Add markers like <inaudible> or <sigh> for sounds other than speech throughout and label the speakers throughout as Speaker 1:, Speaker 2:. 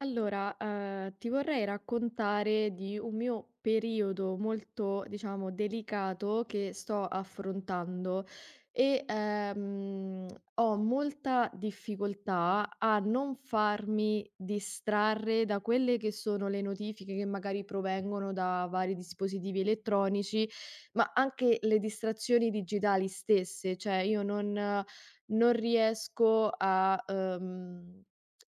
Speaker 1: Allora, ti vorrei raccontare di un mio periodo molto, diciamo, delicato che sto affrontando e ho molta difficoltà a non farmi distrarre da quelle che sono le notifiche che magari provengono da vari dispositivi elettronici, ma anche le distrazioni digitali stesse. Cioè io non riesco a, ehm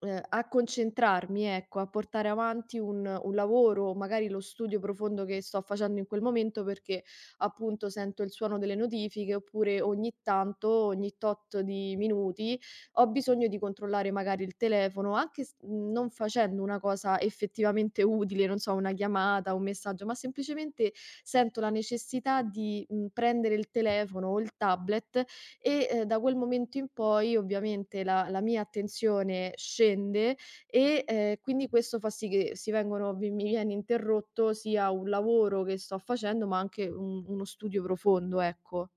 Speaker 1: ehm, a concentrarmi, ecco, a portare avanti un lavoro, magari lo studio profondo che sto facendo in quel momento, perché appunto sento il suono delle notifiche, oppure ogni tanto, ogni tot di minuti, ho bisogno di controllare magari il telefono, anche non facendo una cosa effettivamente utile, non so, una chiamata, un messaggio, ma semplicemente sento la necessità di prendere il telefono o il tablet e da quel momento in poi ovviamente la mia attenzione scende e quindi questo fa sì che si vengono vi mi viene interrotto sia un lavoro che sto facendo, ma anche un uno studio profondo, ecco.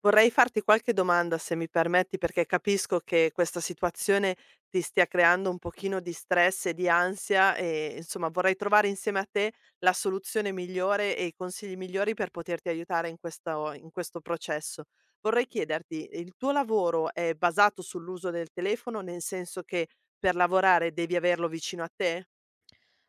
Speaker 2: Vorrei farti qualche domanda, se mi permetti, perché capisco che questa situazione ti stia creando un pochino di stress e di ansia e insomma vorrei trovare insieme a te la soluzione migliore e i consigli migliori per poterti aiutare in questo processo. Vorrei chiederti, il tuo lavoro è basato sull'uso del telefono, nel senso che per lavorare devi averlo vicino a te?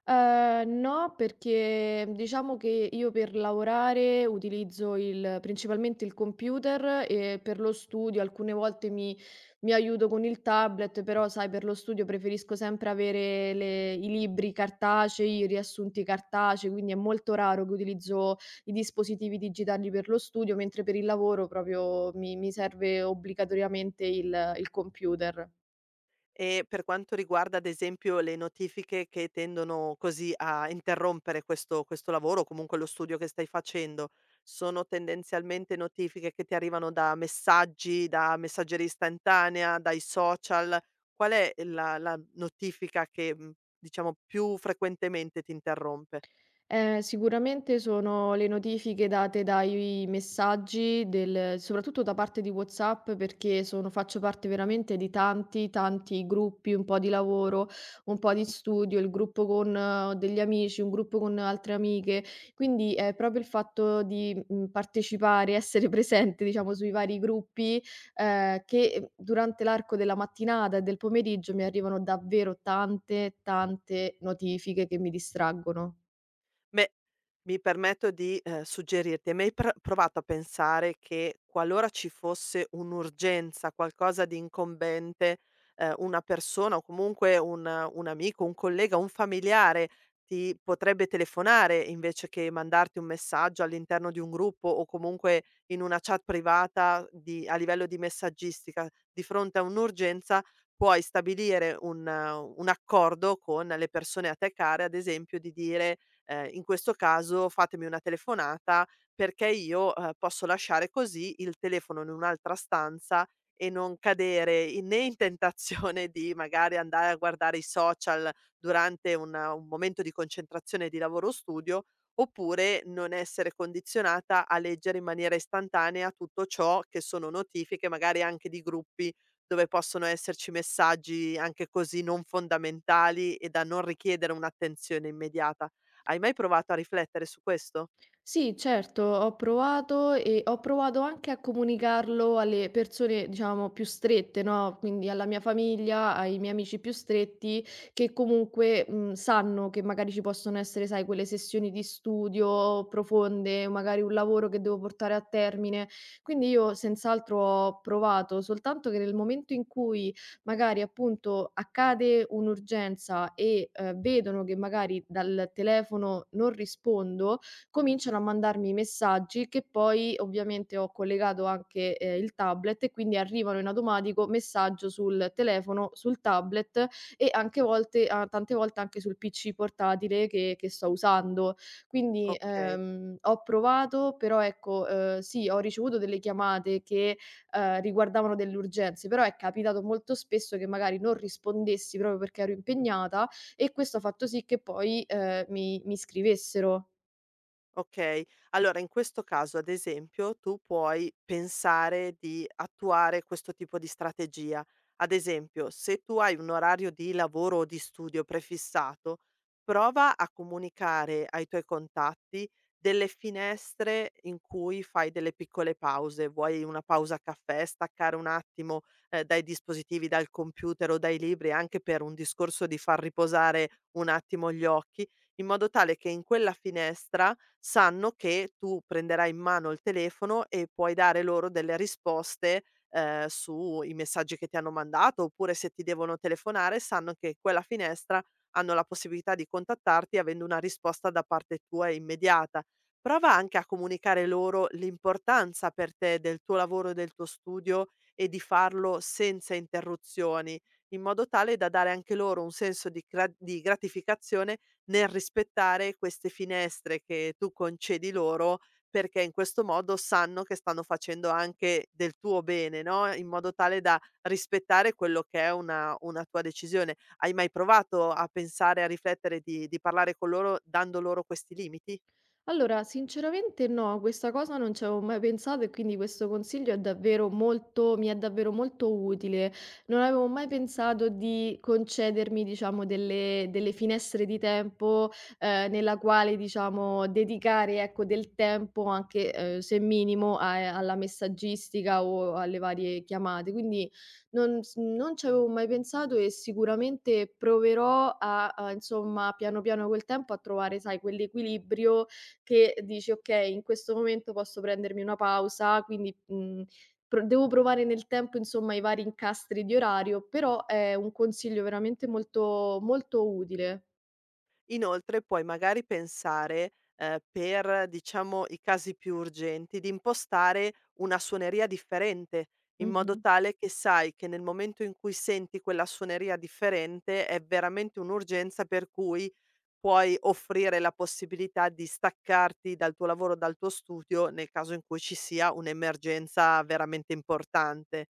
Speaker 1: No, perché diciamo che io per lavorare utilizzo il principalmente il computer e per lo studio alcune volte mi aiuto con il tablet, però sai per lo studio preferisco sempre avere le i libri cartacei, i riassunti cartacei, quindi è molto raro che utilizzo i dispositivi digitali per lo studio, mentre per il lavoro proprio mi serve obbligatoriamente il computer.
Speaker 2: E per quanto riguarda, ad esempio, le notifiche che tendono così a interrompere questo lavoro o comunque lo studio che stai facendo, sono tendenzialmente notifiche che ti arrivano da messaggi, da messaggeria istantanea, dai social? Qual è la notifica che, diciamo più frequentemente ti interrompe?
Speaker 1: Sicuramente sono le notifiche date dai messaggi del soprattutto da parte di WhatsApp, perché sono faccio parte veramente di tanti, tanti gruppi, un po' di lavoro, un po' di studio, il gruppo con degli amici, un gruppo con altre amiche. Quindi è proprio il fatto di partecipare, essere <laughs> presente diciamo sui vari gruppi, che durante l'arco della mattinata e del pomeriggio mi arrivano davvero tante, tante notifiche che mi distraggono.
Speaker 2: Beh, mi permetto di, suggerirti: hai mai pr provato a pensare che qualora ci fosse un'urgenza, qualcosa di incombente, una persona o comunque un amico, un collega, un familiare ti potrebbe telefonare invece che mandarti un messaggio all'interno di un gruppo o comunque in una chat privata di a livello di messaggistica. Di fronte a un'urgenza puoi stabilire un accordo con le persone a te care, ad esempio, di dire: In questo caso fatemi una telefonata perché io, posso lasciare così il telefono in un'altra stanza e non cadere in né in tentazione di magari andare a guardare i social durante un momento di concentrazione di lavoro o studio, oppure non essere condizionata a leggere in maniera istantanea tutto ciò che sono notifiche, magari anche di gruppi dove possono esserci messaggi anche così non fondamentali e da non richiedere un'attenzione immediata. Hai mai provato a riflettere su questo?
Speaker 1: Sì, certo, ho provato e ho provato anche a comunicarlo alle persone, diciamo, più strette, no? Quindi alla mia famiglia, ai miei amici più stretti, che comunque sanno che magari ci possono essere, sai, quelle sessioni di studio profonde, magari un lavoro che devo portare a termine. Quindi io senz'altro ho provato, soltanto che nel momento in cui magari appunto accade un'urgenza e vedono che magari dal telefono non rispondo, cominciano a mandarmi i messaggi che poi ovviamente ho collegato anche il tablet e quindi arrivano in automatico messaggio sul telefono, sul tablet e anche volte a tante volte anche sul PC portatile che sto usando. Quindi,
Speaker 2: Okay.
Speaker 1: ehm, ho provato, però ecco, sì, ho ricevuto delle chiamate che riguardavano delle urgenze, però è capitato molto spesso che magari non rispondessi proprio perché ero impegnata e questo ha fatto sì che poi mi scrivessero.
Speaker 2: Okay. Allora in questo caso, ad esempio, tu puoi pensare di attuare questo tipo di strategia. Ad esempio, se tu hai un orario di lavoro o di studio prefissato, prova a comunicare ai tuoi contatti delle finestre in cui fai delle piccole pause. Vuoi una pausa caffè, staccare un attimo, dai dispositivi, dal computer o dai libri, anche per un discorso di far riposare un attimo gli occhi, in modo tale che in quella finestra sanno che tu prenderai in mano il telefono e puoi dare loro delle risposte, sui messaggi che ti hanno mandato, oppure se ti devono telefonare sanno che quella finestra hanno la possibilità di contattarti avendo una risposta da parte tua immediata. Prova anche a comunicare loro l'importanza per te del tuo lavoro e del tuo studio e di farlo senza interruzioni, in modo tale da dare anche loro un senso di cra di gratificazione nel rispettare queste finestre che tu concedi loro, perché in questo modo sanno che stanno facendo anche del tuo bene, no, in modo tale da rispettare quello che è una tua decisione. Hai mai provato a pensare, a riflettere di parlare con loro dando loro questi limiti?
Speaker 1: Allora, sinceramente no, a questa cosa non ci avevo mai pensato e quindi questo consiglio è davvero molto, mi è davvero molto utile. Non avevo mai pensato di concedermi, diciamo, delle finestre di tempo nella quale, diciamo, dedicare, ecco, del tempo anche se minimo alla messaggistica o alle varie chiamate. Quindi non ci avevo mai pensato e sicuramente proverò a, a, insomma, piano piano col tempo a trovare, sai, quell'equilibrio che dici: "Okay, in questo momento posso prendermi una pausa, quindi, pro devo provare nel tempo, insomma, i vari incastri di orario", però è un consiglio veramente molto molto utile.
Speaker 2: Inoltre puoi magari pensare, per diciamo i casi più urgenti, di impostare una suoneria differente, in modo
Speaker 1: Mh-mh.
Speaker 2: tale che sai che nel momento in cui senti quella suoneria differente è veramente un'urgenza per cui puoi offrire la possibilità di staccarti dal tuo lavoro, dal tuo studio, nel caso in cui ci sia un'emergenza veramente importante.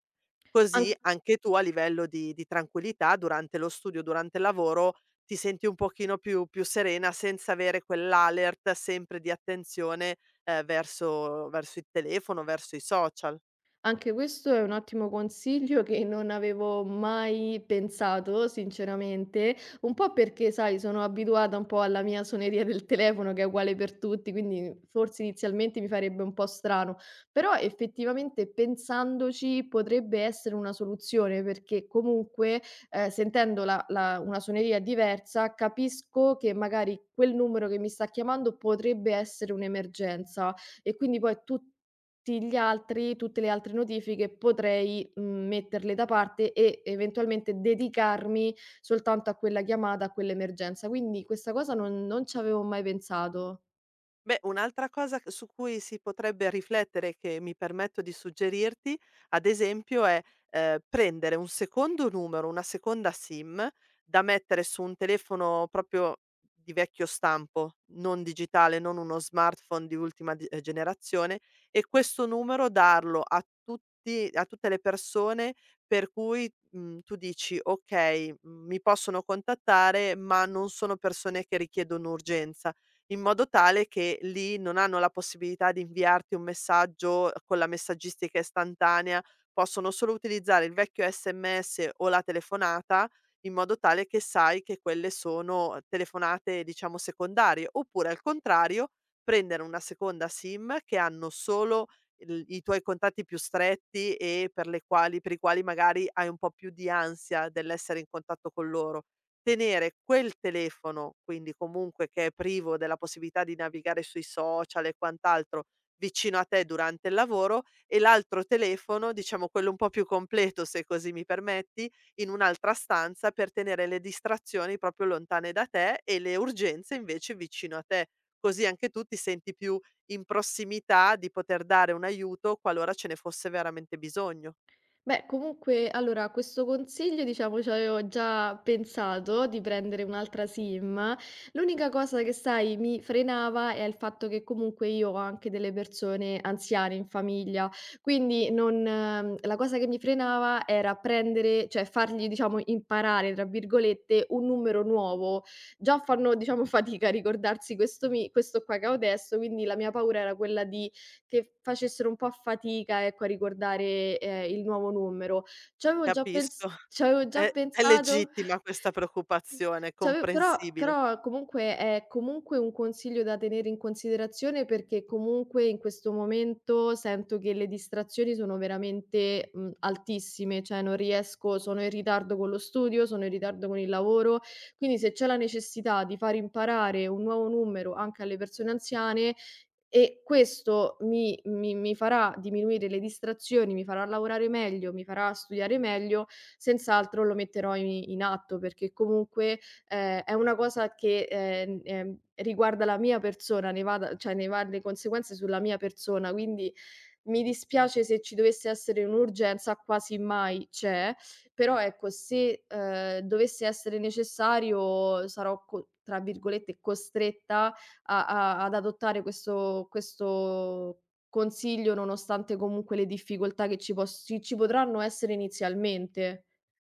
Speaker 1: An
Speaker 2: Così anche tu a livello di tranquillità durante lo studio, durante il lavoro, ti senti un pochino più serena senza avere quell'alert sempre di attenzione, verso il telefono, verso i social.
Speaker 1: Anche questo è un ottimo consiglio che non avevo mai pensato, sinceramente, un po' perché, sai, sono abituata un po' alla mia suoneria del telefono che è uguale per tutti, quindi forse inizialmente mi farebbe un po' strano, però effettivamente pensandoci potrebbe essere una soluzione perché comunque sentendo una suoneria diversa capisco che magari quel numero che mi sta chiamando potrebbe essere un'emergenza e quindi poi tutto tutti gli altri tutte le altre notifiche potrei metterle da parte e eventualmente dedicarmi soltanto a quella chiamata, a quell'emergenza. Quindi questa cosa non ci avevo mai pensato.
Speaker 2: Beh, un'altra cosa c su cui si potrebbe riflettere, che mi permetto di suggerirti, ad esempio è, prendere un secondo numero, una seconda SIM da mettere su un telefono proprio di vecchio stampo, non digitale, non uno smartphone di ultima di generazione, e questo numero darlo a tutti a tutte le persone per cui, tu dici: "Okay, mm, mi possono contattare, ma non sono persone che richiedono urgenza." In modo tale che lì non hanno la possibilità di inviarti un messaggio con la messaggistica istantanea, possono solo utilizzare il vecchio SMS o la telefonata, in modo tale che sai che quelle sono telefonate, diciamo, secondarie, oppure al contrario prendere una seconda SIM che hanno solo il i tuoi contatti più stretti e per le quali per i quali magari hai un po' più di ansia dell'essere in contatto con loro. Tenere quel telefono, quindi comunque che è privo della possibilità di navigare sui social e quant'altro, vicino a te durante il lavoro e l'altro telefono, diciamo quello un po' più completo, se così mi permetti, in un'altra stanza per tenere le distrazioni proprio lontane da te e le urgenze invece vicino a te. Così anche tu ti senti più in prossimità di poter dare un aiuto qualora ce ne fosse veramente bisogno.
Speaker 1: Beh, comunque, allora, a questo consiglio, diciamo, ci avevo già pensato di prendere un'altra SIM. L'unica cosa che, sai, mi frenava è il fatto che comunque io ho anche delle persone anziane in famiglia, quindi non, la cosa che mi frenava era prendere, cioè fargli, diciamo, imparare, tra virgolette, un numero nuovo. Già fanno, diciamo, <laughs> fatica a ricordarsi questo, questo qua che ho adesso, quindi la mia paura era quella di che facessero un po' fatica, ecco, a ricordare il nuovo numero. C'avevo già pens
Speaker 2: Capisco.
Speaker 1: C'avevo già
Speaker 2: È
Speaker 1: pensato,
Speaker 2: legittima
Speaker 1: <laughs>
Speaker 2: questa preoccupazione, è
Speaker 1: c'ave però
Speaker 2: comprensibile.
Speaker 1: però comunque è comunque un consiglio da tenere in considerazione, perché comunque in questo momento sento che le distrazioni sono veramente altissime, cioè non riesco sono in ritardo con lo studio, sono in ritardo con il lavoro, quindi se c'è la necessità di far imparare un nuovo numero anche alle persone anziane e questo mi farà diminuire le distrazioni, mi farà lavorare meglio, mi farà studiare meglio, senz'altro lo metterò i in atto perché comunque, è una cosa che riguarda la mia persona, ne va le conseguenze sulla mia persona, quindi mi dispiace se ci dovesse essere un'urgenza, quasi mai c'è, però ecco se dovesse essere necessario sarò co tra virgolette "costretta" a a ad adottare questo consiglio, nonostante comunque le difficoltà che ci pos ci ci potranno essere inizialmente.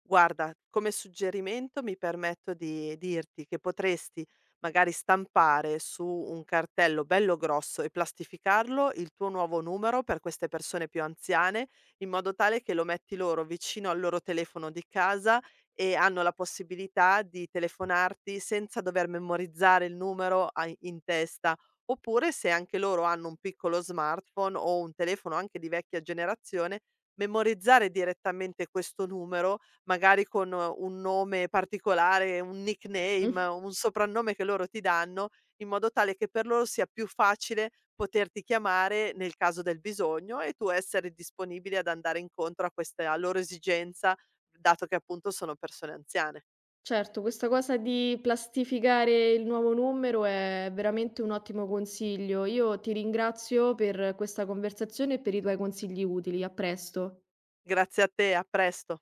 Speaker 2: Guarda, come suggerimento mi permetto di dirti che potresti magari stampare su un cartello bello grosso e plastificarlo il tuo nuovo numero per queste persone più anziane, in modo tale che lo metti loro vicino al loro telefono di casa e hanno la possibilità di telefonarti senza dover memorizzare il numero in testa. Oppure se anche loro hanno un piccolo smartphone o un telefono anche di vecchia generazione, memorizzare direttamente questo numero magari con un nome particolare, un
Speaker 1: Mh.
Speaker 2: nickname, un soprannome che loro ti danno, in modo tale che per loro sia più facile poterti chiamare nel caso del bisogno e tu essere disponibile ad andare incontro a questa loro esigenza, dato che appunto sono persone anziane.
Speaker 1: Certo, questa cosa di plastificare il nuovo numero è veramente un ottimo consiglio. Io ti ringrazio per questa conversazione e per i tuoi consigli utili. A presto.
Speaker 2: Grazie a te, a presto.